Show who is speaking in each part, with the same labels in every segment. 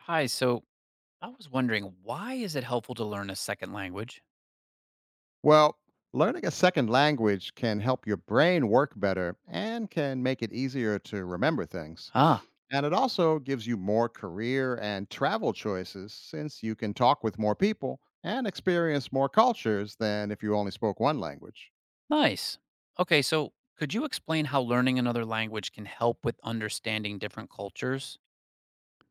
Speaker 1: Hi, so I was wondering, why is it helpful to learn a second language?
Speaker 2: Well, learning a second language can help your brain work better and can make it easier to remember things.
Speaker 1: Ah,
Speaker 2: And it also gives you more career and travel choices since you can talk with more people and experience more cultures than if you only spoke one language.
Speaker 1: nice. Okay, so could you explain how learning another language can help with understanding different cultures?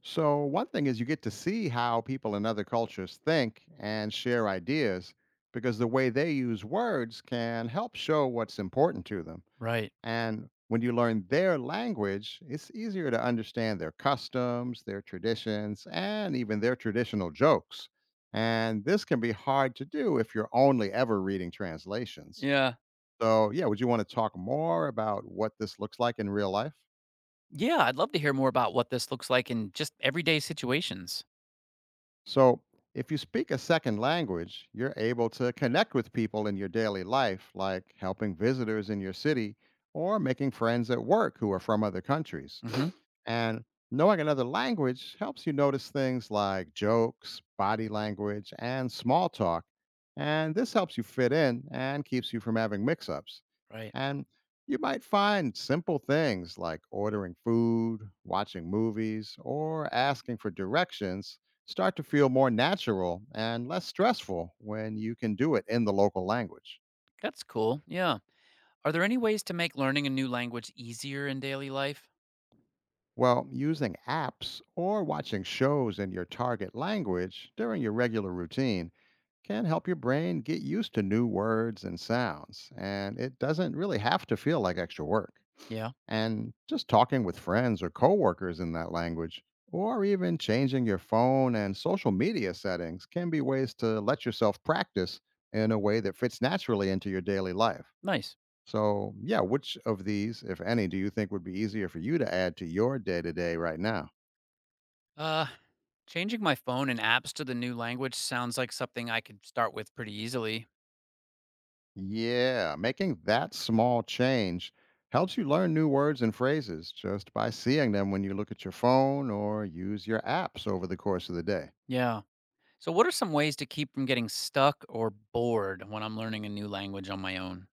Speaker 2: So, one thing is you get to see how people in other cultures think and share ideas because the way they use words can help show what's important to them.
Speaker 1: Right.
Speaker 2: And when you learn their language, it's easier to understand their customs, their traditions, and even their traditional jokes. And this can be hard to do if you're only ever reading translations.
Speaker 1: Yeah.
Speaker 2: So, yeah, would you want to talk more about what this looks like in real life?
Speaker 1: Yeah, I'd love to hear more about what this looks like in just everyday situations.
Speaker 2: So, if you speak a second language, you're able to connect with people in your daily life, like helping visitors in your city or making friends at work who are from other countries.
Speaker 1: Mhm.
Speaker 2: And knowing another language helps you notice things like jokes, body language, and small talk. And this helps you fit in and keeps you from having mix ups.
Speaker 1: Right.
Speaker 2: And you might find simple things like ordering food, watching movies, or asking for directions start to feel more natural and less stressful when you can do it in the local language.
Speaker 1: That's cool. Yeah. Are there any ways to make learning a new language easier in daily life?
Speaker 2: Well, using apps or watching shows in your target language during your regular routine can help your brain get used to new words and sounds, and it doesn't really have to feel like extra work.
Speaker 1: Yeah.
Speaker 2: And just talking with friends or coworkers in that language, or even changing your phone and social media settings, can be ways to let yourself practice in a way that fits naturally into your daily life.
Speaker 1: Nice.
Speaker 2: So, yeah, which of these, if any, do you think would be easier for you to add to your day to day right now?
Speaker 1: Uh Changing my phone and apps to the new language sounds like something I could start with pretty easily.
Speaker 2: Yeah, making that small change helps you learn new words and phrases just by seeing them when you look at your phone or use your apps over the course of the day.
Speaker 1: Yeah. So, what are some ways to keep from getting stuck or bored when I'm learning a new language on my own?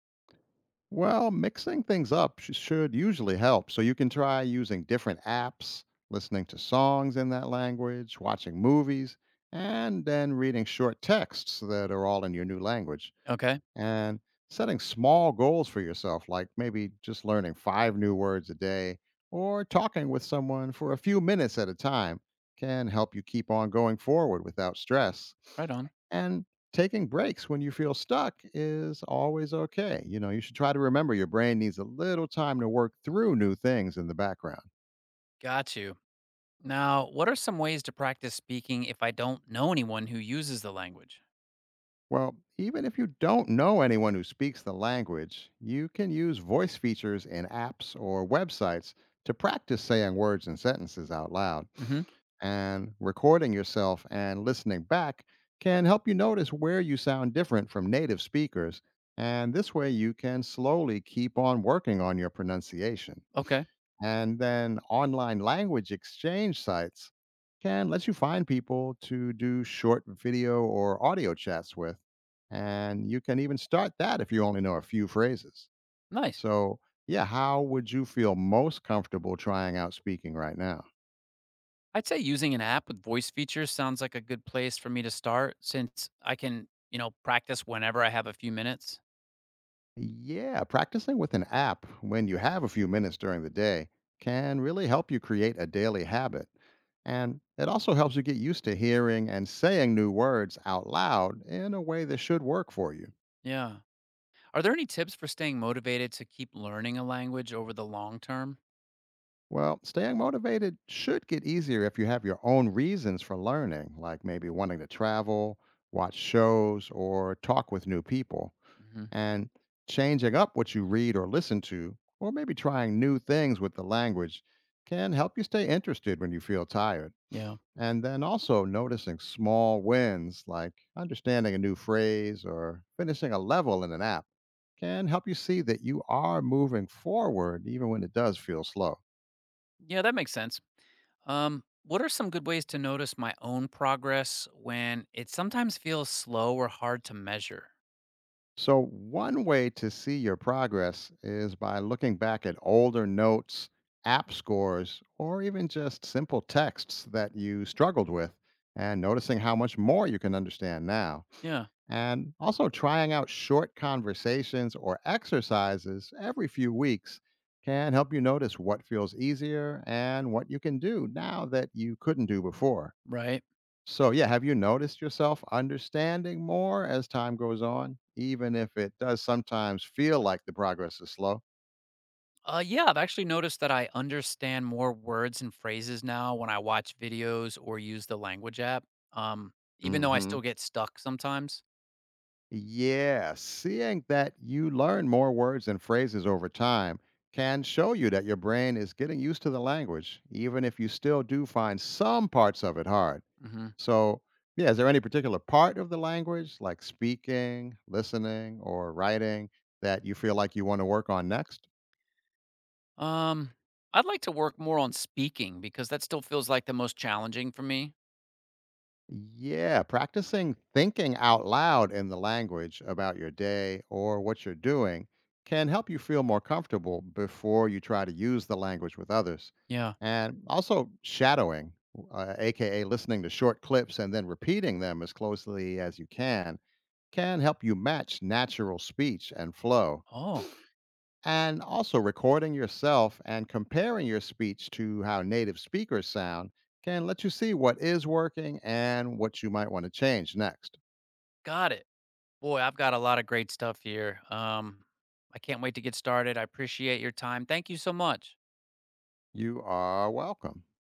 Speaker 2: Well, mixing things up should usually help. So, you can try using different apps, listening to songs in that language, watching movies, and then reading short texts that are all in your new language.
Speaker 1: Okay,
Speaker 2: And setting small goals for yourself, like maybe just learning five new words a day or talking with someone for a few minutes at a time, can help you keep on going forward without stress.
Speaker 1: right on.
Speaker 2: And taking breaks when you feel stuck is always okay. You know, you should try to remember your brain needs a little time to work through new things in the background.
Speaker 1: Got you. Now, what are some ways to practice speaking if I don't know anyone who uses the language?
Speaker 2: Well, even if you don't know anyone who speaks the language, you can use voice features in apps or websites to practice saying words and sentences out loud.
Speaker 1: Hmm.
Speaker 2: And recording yourself and listening back can help you notice where you sound different from native speakers. And this way, you can slowly keep on working on your pronunciation.
Speaker 1: Okay,
Speaker 2: And then online language exchange sites can let you find people to do short video or audio chats with. And you can even start that if you only know a few phrases.
Speaker 1: nice.
Speaker 2: So, yeah, how would you feel most comfortable trying out speaking right now?
Speaker 1: I'd say using an app with voice features sounds like a good place for me to start since I can, you know, practice whenever I have a few minutes.
Speaker 2: Yeah, practicing with an app when you have a few minutes during the day can really help you create a daily habit. And it also helps you get used to hearing and saying new words out loud in a way that should work for you.
Speaker 1: Yeah. Are there any tips for staying motivated to keep learning a language over the long term?
Speaker 2: Well, staying motivated should get easier if you have your own reasons for learning, like maybe wanting to travel, watch shows, or talk with new people.
Speaker 1: Hmm.
Speaker 2: And changing up what you read or listen to, or maybe trying new things with the language, can help you stay interested when you feel tired.
Speaker 1: Yeah.
Speaker 2: And then also noticing small wins, like understanding a new phrase or finishing a level in an app, can help you see that you are moving forward even when it does feel slow.
Speaker 1: Yeah, that makes sense. What are some good ways to notice my own progress when it sometimes feels slow or hard to measure?
Speaker 2: So, one way to see your progress is by looking back at older notes, app scores, or even just simple texts that you struggled with and noticing how much more you can understand now.
Speaker 1: Yeah,
Speaker 2: And also trying out short conversations or exercises every few weeks can help you notice what feels easier and what you can do now that you couldn't do before.
Speaker 1: right.
Speaker 2: So, yeah, have you noticed yourself understanding more as time goes on, even if it does sometimes feel like the progress is slow?
Speaker 1: Yeah, I've actually noticed that I understand more words and phrases now when I watch videos or use the language app, um, even though I
Speaker 2: Hmm.
Speaker 1: still get stuck sometimes.
Speaker 2: Yeah, seeing that you learn more words and phrases over time can show you that your brain is getting used to the language, even if you still do find some parts of it hard.
Speaker 1: Hmm.
Speaker 2: So, yeah, is there any particular part of the language, like speaking, listening, or writing, that you feel like you want to work on next?
Speaker 1: Um, I'd like to work more on speaking because that still feels like the most challenging for me.
Speaker 2: Yeah, practicing thinking out loud in the language about your day or what you're doing can help you feel more comfortable before you try to use the language with others.
Speaker 1: Yeah.
Speaker 2: And also, shadowing, aka listening to short clips and then repeating them as closely as you can help you match natural speech and flow.
Speaker 1: Oh.
Speaker 2: And also, recording yourself and comparing your speech to how native speakers sound can let you see what is working and what you might want to change next.
Speaker 1: Got it. Boy, I've got a lot of great stuff here. I can't wait to get started. I appreciate your time. Thank you so much.
Speaker 2: You are welcome.